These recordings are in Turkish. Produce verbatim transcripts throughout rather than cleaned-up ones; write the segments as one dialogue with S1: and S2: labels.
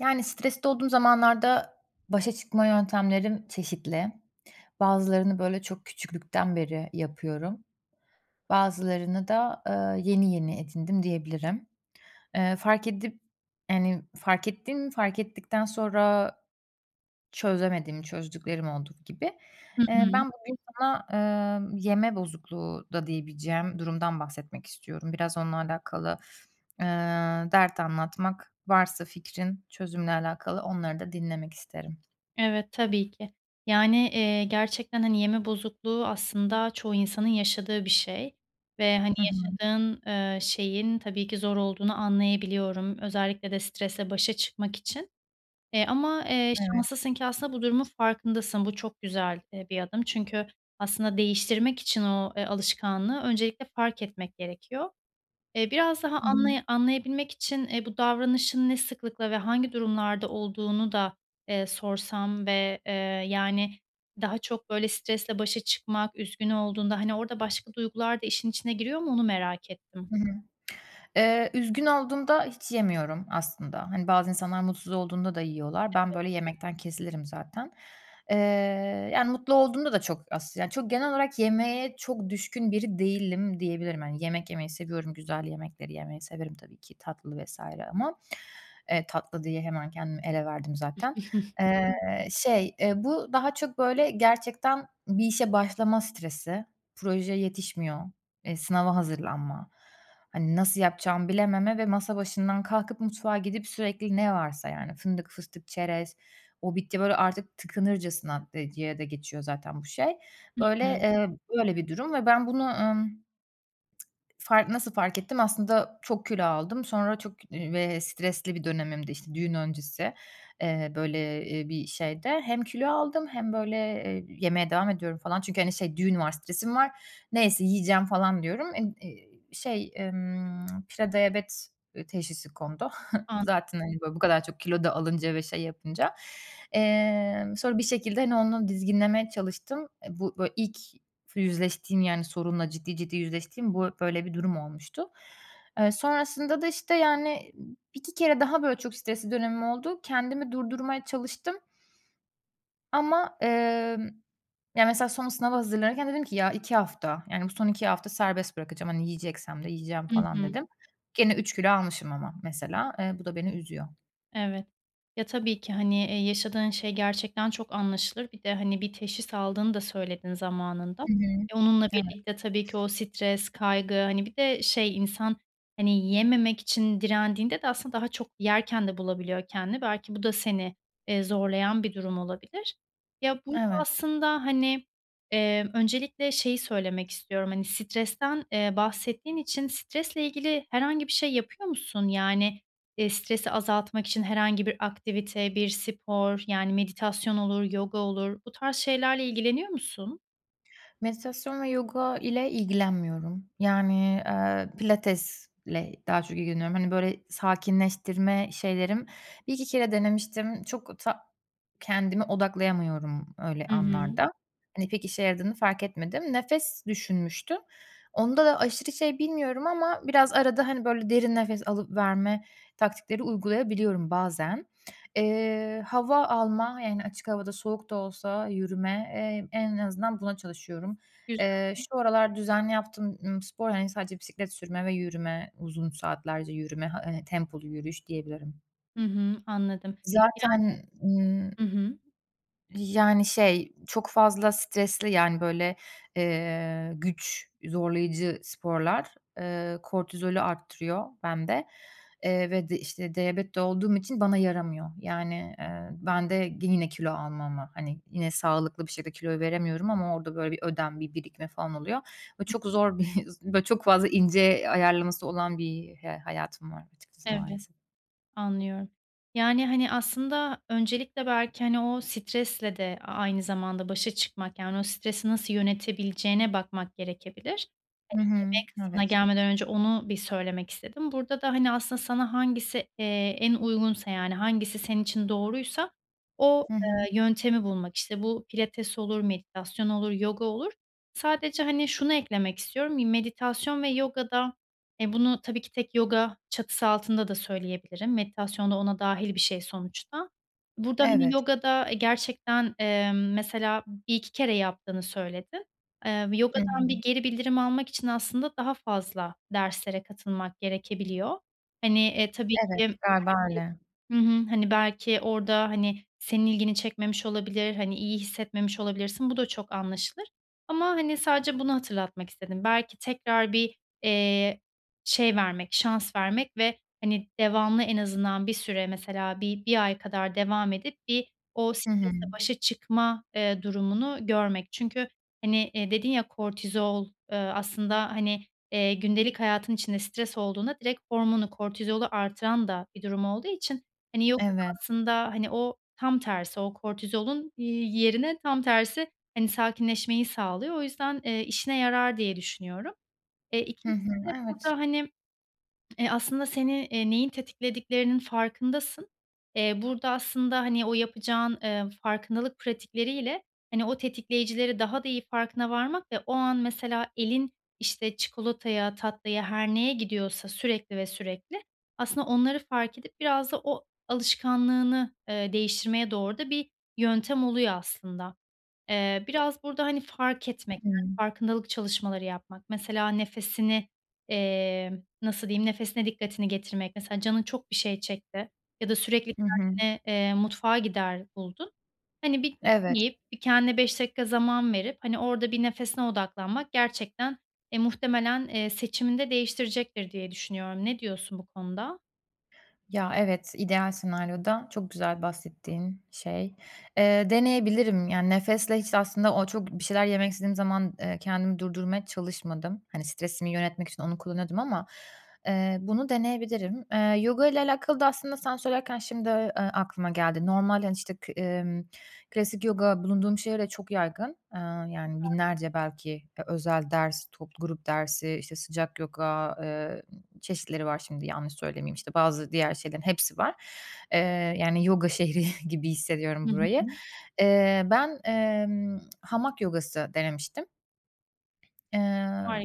S1: Yani, stresli olduğum zamanlarda başa çıkma yöntemlerim çeşitli. Bazılarını, böyle, çok küçüklükten beri yapıyorum. Bazılarını da, eee, yeni yeni edindim diyebilirim. Eee, fark edip, yani, fark ettiğim, fark ettikten sonra çözemediğim, çözdüklerim olduğu gibi.
S2: Hı
S1: Eee,
S2: hı.
S1: ben bugün sana, emm, yeme bozukluğu da diyebileceğim durumdan bahsetmek istiyorum. Biraz onunla alakalı, eee, dert anlatmak varsa fikrin çözümle alakalı onları da dinlemek isterim.
S2: Evet, tabii ki. Yani, eee, gerçekten, hani, yeme bozukluğu aslında çoğu insanın yaşadığı bir şey ve, hani,
S1: Hı hı.
S2: yaşadığın, eee, şeyin tabii ki zor olduğunu anlayabiliyorum. Özellikle de strese başa çıkmak için. Eee, ama, eee,
S1: Evet.
S2: şanslısın ki aslında bu durumun farkındasın. Bu çok güzel, eee, bir adım. Çünkü aslında değiştirmek için o, eee, alışkanlığı öncelikle fark etmek gerekiyor. Eee, biraz daha
S1: Hı hı.
S2: anlaya anlayabilmek için, eee, bu davranışın ne sıklıkla ve hangi durumlarda olduğunu da, eee, sorsam ve, eee, yani, daha çok, böyle, stresle başa çıkmak, üzgün olduğunda, hani, orada başka duygular da işin içine giriyor mu onu merak ettim.
S1: Hı hı. Eee, üzgün olduğumda hiç yemiyorum aslında. Hani, bazı insanlar mutsuz olduğunda da yiyorlar. Ben, böyle, yemekten kesilirim zaten. Eee, yani, mutlu olduğumda da çok as yani, çok genel olarak yemeğe çok düşkün biri değilim diyebilirim. Hani, yemek yemeyi seviyorum, güzel yemekleri yemeyi severim tabii ki, tatlı vesaire ama, eee, tatlı diye hemen kendimi ele verdim zaten.
S2: Hı
S1: Eee, şey, eee, bu daha çok, böyle, gerçekten bir işe başlama stresi, proje yetişmiyor, Eee, sınava hazırlanma, hani, nasıl yapacağımı bilememe ve masa başından kalkıp mutfağa gidip sürekli ne varsa, yani, fındık, fıstık, çerez, o bitti, böyle, artık tıkınırcasına de diye de geçiyor zaten bu şey.
S2: hı.
S1: Böyle,
S2: Anladım. Hı
S1: eee, böyle bir durum ve ben bunu, ımm Fark nasıl fark ettim? Aslında çok kilo aldım. Sonra çok, eee, ve stresli bir dönemimdi, işte, düğün öncesi, eee, böyle, eee, bir şeyde hem kilo aldım hem böyle, eee, yemeye devam ediyorum falan. Çünkü, hani, şey düğün var, stresim var. Neyse yiyeceğim falan diyorum. Emm, eee, şey, emm, prediyabet, eee, teşhisi kondu.
S2: An
S1: Zaten, hani, böyle bu kadar çok kilo da alınca ve şey yapınca. Emm, sonra bir şekilde, hani, onu dizginlemeye çalıştım. E, bu böyle ilk Yüzleştiğim, yani, sorunla ciddi ciddi yüzleştiğim bu böyle bir durum olmuştu. Eee, sonrasında da, işte, yani, bir iki kere daha böyle çok stresli dönemim oldu. Kendimi durdurmaya çalıştım ama, emm, ya, mesela son sınava hazırlanırken dedim ki "Ya, iki hafta, yani, bu son iki hafta serbest bırakacağım. Hani, yiyeceksem de yiyeceğim."
S2: hı.
S1: falan
S2: hı.
S1: dedim. Gene üç kilo almışım ama mesela. Eee, bu da beni üzüyor.
S2: Evet. Ya, tabii ki, hani, eee, yaşadığın şey gerçekten çok anlaşılır. Bir de, hani, bir teşhis aldığını da söyledin zamanında.
S1: Hı hı.
S2: E, onunla
S1: Evet,
S2: birlikte tabii ki o stres, kaygı, hani, bir de şey insan, hani, yememek için direndiğinde de aslında daha çok yerken de bulabiliyor kendini. Belki bu da seni, eee, zorlayan bir durum olabilir. Ya, burada
S1: evet.
S2: aslında, hani, eee, öncelikle şeyi söylemek istiyorum, hani, stresten, eee, bahsettiğin için stresle ilgili herhangi bir şey yapıyor musun? Yani, Eee, stresi azaltmak için herhangi bir aktivite, bir spor, yani meditasyon olur, yoga olur, bu tarz şeylerle ilgileniyor musun?
S1: Meditasyon ve yoga ile ilgilenmiyorum. Yani, eee, pilatesle daha çok ilgileniyorum. Hani, böyle, sakinleştirme şeylerim bir iki kere denemiştim. Çok ta kendimi odaklayamıyorum öyle
S2: Hı hı.
S1: anlarda. Hani, pek işe yaradığını fark etmedim. Nefes düşünmüştüm. Onda da aşırı şey bilmiyorum ama biraz arada, hani, böyle, derin nefes alıp verme taktikleri uygulayabiliyorum bazen. Eee, hava alma, yani, açık havada soğuk da olsa yürüme, eee, en azından buna çalışıyorum.
S2: Güz
S1: Eee, şu aralar düzenli yaptığım, ımm, spor, hani, sadece bisiklet sürme ve yürüme, uzun saatlerce yürüme, ha eee, tempolu yürüyüş diyebilirim.
S2: Hı hı, anladım.
S1: Zaten, ımm
S2: Hı hı.
S1: yani, şey, çok fazla stresli, yani, böyle, eee, güç, zorlayıcı sporlar, eee, kortizolü arttırıyor bende, eee, ve de, işte, diyabetli olduğum için bana yaramıyor. Yani, eee, ben de yine kilo almama hani, yine sağlıklı bir şekilde kiloyu veremiyorum ama orada, böyle, bir ödem, bir birikme falan oluyor ve çok zor bir böyle, çok fazla ince ayarlaması olan bir he hayatım var açıkçası
S2: Evet,
S1: maalesef.
S2: anlıyorum. Yani, hani, aslında öncelikle belki, hani, o stresle de a aynı zamanda başa çıkmak, yani, o stresi nasıl yönetebileceğine bakmak gerekebilir.
S1: Hı hı.
S2: Yemeği kısmına
S1: Evet.
S2: gelmeden önce onu bir söylemek istedim. Burada da, hani, aslında sana hangisi, eee, en uygunsa, yani, hangisi senin için doğruysa o,
S1: Hı hı.
S2: eee, yöntemi bulmak. İşte, bu pilates olur, meditasyon olur, yoga olur. Sadece, hani, şunu eklemek istiyorum, iii, meditasyon ve yogada, e, bunu tabii ki tek yoga çatısı altında da söyleyebilirim. Meditasyon da ona dâhil bir şey sonuçta. Burada, hani,
S1: Evet.
S2: yogada, eee, gerçekten, emm, mesela bir iki kere yaptığını söyledin. Eee,
S1: Hı
S2: yogadan bir
S1: hı.
S2: geri bildirim almak için aslında daha fazla derslere katılmak gerekebiliyor. Hani, eee, tabii ki
S1: Evet, galiba
S2: belki
S1: öyle.
S2: Hı hı. Hani, belki orada, hani, senin ilgini çekmemiş olabilir, hani, iyi hissetmemiş olabilirsin. Bu da çok anlaşılır ama, hani, sadece bunu hatırlatmak istedim. Belki tekrar bir, eee, şey vermek, şans vermek ve, hani, devamlı en azından bir süre mesela bir bir ay kadar devam edip bir o
S1: Hı hı.
S2: stresle başa çıkma, eee, durumunu görmek. Çünkü hani, eee, dedin ya kortizol, eee, aslında, hani, eee, gündelik hayatın içinde stres olduğunda direkt hormonu, kortizolu artıran da bir durum olduğu için, hani, yogada
S1: Evet.
S2: aslında, hani, o tam tersi, o kortizolun, iii, yerine tam tersi, hani, sakinleşmeyi sağlıyor. O yüzden, eee, işine yarar diye düşünüyorum. Eee,
S1: Hı
S2: ikincisi
S1: hı.
S2: de
S1: Evet.
S2: burada, hani Eee, aslında seni, eee, neyin tetiklediklerinin farkındasın. Eee, burada aslında, hani, o yapacağın, eee, farkındalık pratikleriyle, hani, o tetikleyicileri daha da iyi farkına varmak ve o an mesela elin, işte, çikolataya, tatlıya, her neye gidiyorsa sürekli ve sürekli aslında onları fark edip biraz da o alışkanlığını, eee, değiştirmeye doğru da bir yöntem oluyor aslında. Eee, biraz burada, hani, fark etmek, yani,
S1: Hımm.
S2: farkındalık çalışmaları yapmak. Mesela nefesini, eee, nasıl diyeyim, nefesine dikkatini getirmek. Mesela canın çok bir şey çekti ya da sürekli
S1: Hı hı.
S2: kendini, eee, mutfağa gider buldun. Hani, bir
S1: Evet.
S2: gitmeyip, bir kendine beş dakika zaman verip, hani, orada bir nefesine odaklanmak gerçekten, eee, muhtemelen, eee, seçimini de değiştirecektir diye düşünüyorum. Ne diyorsun bu konuda?
S1: Ya, evet, ideal senaryoda çok güzel bahsettiğin şey. Eee, deneyebilirim. Yani, nefesle hiç aslında o çok bir şeyler yemek istediğim zaman, eee, kendimi durdurmaya çalışmadım. Hani, stresimi yönetmek için onu kullanıyordum ama, eee, bunu deneyebilirim. Eee, yoga ile alakalı da aslında sen söylerken şimdi, eee, aklıma geldi. Normal, hani, işte, k emm, klasik yoga bulunduğum şehirde çok yaygın. Eee, yani, binlerce belki, eee, özel ders, toplu grup dersi, işte, sıcak yoga, çeşitleri var şimdi yanlış söylemeyeyim, işte, bazı diğer şeylerin hepsi var. Eee, yani yoga şehri gibi
S2: Hı
S1: hissediyorum burayı.
S2: hı.
S1: Eee, ben, emm, hamak yogası denemiştim. Eee,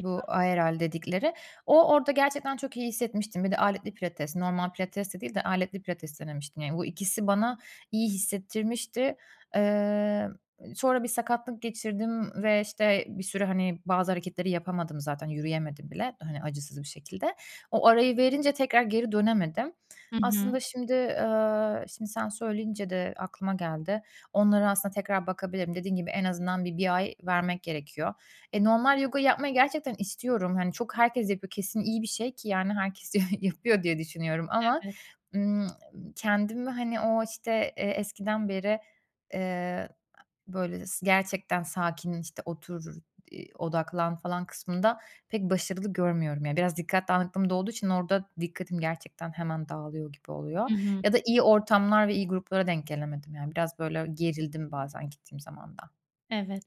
S1: bu aeral dedikleri. O orada gerçekten çok iyi hissetmiştim. Bir de aletli pilates, normal pilates de değil de aletli pilates denemiştim. Yani bu ikisi bana iyi hissettirmişti. Eee, sonra bir sakatlık geçirdim ve, işte, bir süre, hani, bazı hareketleri yapamadım zaten, yürüyemedim bile, hani, acısız bir şekilde. O arayı verince tekrar geri dönemedim.
S2: Hı hı.
S1: Aslında şimdi, eee, şimdi sen söyleyince de aklıma geldi. Onlara aslında tekrar bakabilirim. Dediğin gibi en azından bir bir ay vermek gerekiyor. E, normal yoga yapmayı gerçekten istiyorum. Hani, çok herkes yapıyor. Kesin iyi bir şey ki yani herkes yapıyor diye düşünüyorum ama,
S2: Evet.
S1: ımm, kendimi, hani, o, işte, eee, eskiden beri, eee, böyle s gerçekten sakin, işte, otur, iii, odaklan falan kısmında pek başarılı görmüyorum. Yani, biraz dikkat dağınıklığım da olduğu için orada dikkatim gerçekten hemen dağılıyor gibi oluyor
S2: Hı hı.
S1: ya da iyi ortamlar ve iyi gruplara denk gelemedim. Yani, biraz böyle gerildim bazen gittiğim zaman da.
S2: Evet.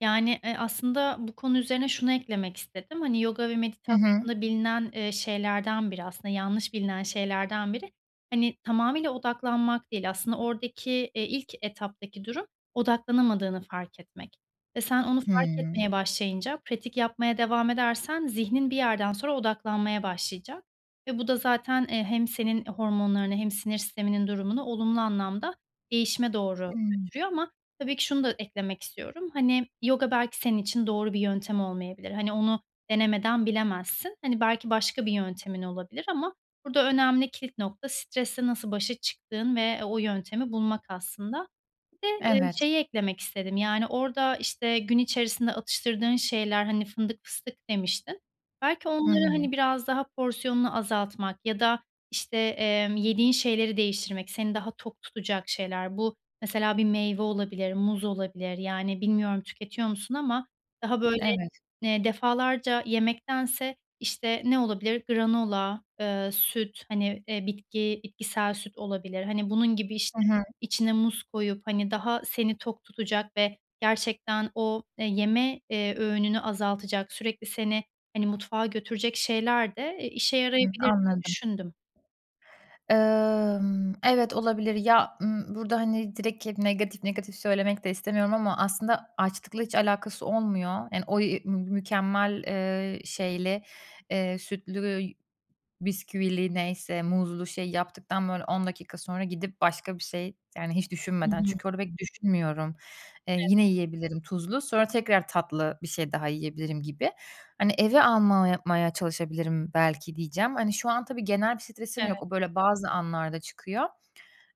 S2: Yani, eee, aslında bu konu üzerine şunu eklemek istedim. Hani, yoga ve
S1: Hı hı.
S2: meditasyonda bilinen, eee, şeylerden biri aslında yanlış bilinen şeylerden biri, hani, tamamıyla odaklanmak değil aslında oradaki, eee, ilk etaptaki durum odaklanamadığını fark etmek ve sen onu fark
S1: Hımm.
S2: etmeye başlayınca pratik yapmaya devam edersen zihnin bir yerden sonra odaklanmaya başlayacak ve bu da zaten, eee, hem senin hormonlarını hem sinir sisteminin durumunu olumlu anlamda değişime doğru
S1: Hımm.
S2: götürüyor ama Tabii ki şunu da eklemek istiyorum. Hani, yoga belki senin için doğru bir yöntem olmayabilir. Hani, onu denemeden bilemezsin. Hani, belki başka bir yöntemin olabilir ama burada önemli kilit nokta stresle nasıl başa çıktığın ve o yöntemi bulmak aslında. Bir de, eee,
S1: Evet.
S2: şeyi eklemek istedim, yani, orada, işte, gün içerisinde atıştırdığın şeyler, hani, fındık fıstık demiştin. Belki
S1: Hı
S2: onları,
S1: hı.
S2: hani, biraz daha porsiyonunu azaltmak ya da, işte, emm, yediğin şeyleri değiştirmek, seni daha tok tutacak şeyler. Bu mesela bir meyve olabilir, muz olabilir. Yani, bilmiyorum tüketiyor musun ama daha böyle,
S1: Evet.
S2: eee, defalarca yemektense, işte, ne olabilir? Granola, eee, süt, hani, eee, bitki bitkisel süt olabilir. Hani, bunun gibi, işte
S1: Hı hı.
S2: içine muz koyup, hani, daha seni tok tutacak ve gerçekten o, eee, yeme, eee, öğününü azaltacak, sürekli seni, hani, mutfağa götürecek şeyler de, eee, işe
S1: Hı,
S2: yarayabilir diye
S1: anladım.
S2: düşündüm.
S1: Emm, evet, olabilir. Ya, ımm, burada, hani, direkt hep negatif negatif söylemek de istemiyorum ama aslında açlıkla hiç alakası olmuyor. Yani, o, iii, mükemmel, eee, şeyli, eee, sütlü bisküvili, neyse, muzlu şey yaptıktan böyle on dakika sonra gidip başka bir şey, yani, hiç
S2: Hı
S1: düşünmeden
S2: hı.
S1: çünkü orada pek düşünmüyorum. Eee, yine yiyebilirim tuzlu, sonra tekrar tatlı bir şey daha yiyebilirim gibi. Hani, eve almaya maya çalışabilirim belki diyeceğim. Hani, şu an tabii genel bir stresim yok.
S2: Evet,
S1: O böyle bazı anlarda çıkıyor.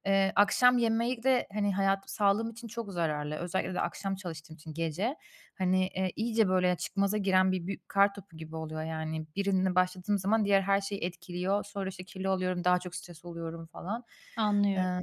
S1: Eee, akşam yemeği de, hani, hayat sağlığım için çok zararlı. Özellikle de akşam çalıştığım için gece. Hani, eee, iyice böyle çıkmaza giren bir büyük kartopu gibi oluyor yani. Birine başladığım zaman diğer her şeyi etkiliyor. Sonra, işte, kilo alıyorum, daha çok stres oluyorum falan.
S2: anlıyorum.
S1: Eee,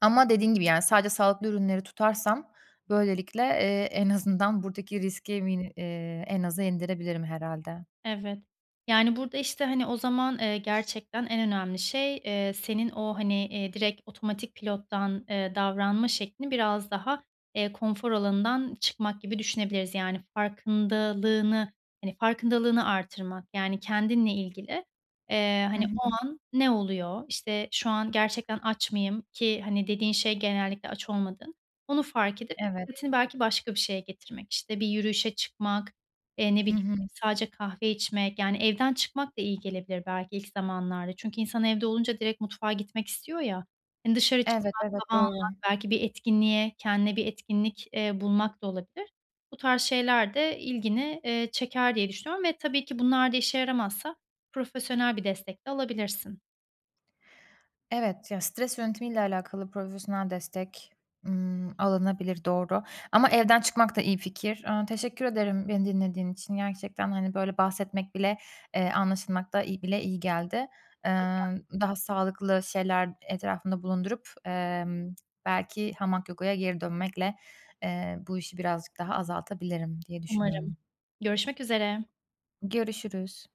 S1: ama dediğin gibi, yani, sadece sağlıklı ürünleri tutarsam böylelikle, eee, en azından buradaki riski mini eee, en aza indirebilirim herhâlde.
S2: Evet. Yani, burada, işte, hani, o zaman, eee, gerçekten en önemli şey, eee, senin o, hani, eee, direkt otomatik pilottan, eee, davranma şeklini biraz daha, eee, konfor alanından çıkmak gibi düşünebiliriz. Yani, farkındalığını, hani, farkındalığını artırmak, yani, kendinle ilgili, eee,
S1: Hı
S2: hani, o
S1: hı.
S2: an ne oluyor? İşte, şu an gerçekten aç mıyım ki, hani, dediğin şey genellikle aç olmadığın, onu fark edip
S1: Evet.
S2: dikkatini belki başka bir şeye getirmek. İşte bir yürüyüşe çıkmak, eee, ne
S1: Hı
S2: bileyim
S1: hı.
S2: Sadece kahve içmek, yani, evden çıkmak da iyi gelebilir belki ilk zamanlarda. Çünkü insan evde olunca direkt mutfağa gitmek istiyor ya. Hani, dışarı
S1: Evet,
S2: çıkmak,
S1: evet,
S2: hava
S1: doğru.
S2: almak, belki bir etkinliğe, kendine bir etkinlik, eee, bulmak da olabilir. Bu tarz şeyler de ilgini, eee, çeker diye düşünüyorum ve tabii ki bunlar da işe yaramazsa profesyonel bir destek de alabilirsin.
S1: Evet, ya, stres yönetimiyle alakalı profesyonel destek, ımm, alınabilir, doğru. Ama evden çıkmak da iyi fikir. Aaa, teşekkür ederim beni dinlediğin için. Gerçekten, hani, böyle bahsetmek bile, eee, anlaşılmak da iyi bile iyi geldi.
S2: Süper.
S1: Emm, daha sağlıklı şeyler etrafında bulundurup, emm, belki hamak yoga'ya geri dönmekle, eee, bu işi birazcık daha azaltabilirim diye
S2: Umarım.
S1: düşünüyorum.
S2: Görüşmek üzere.
S1: Görüşürüz.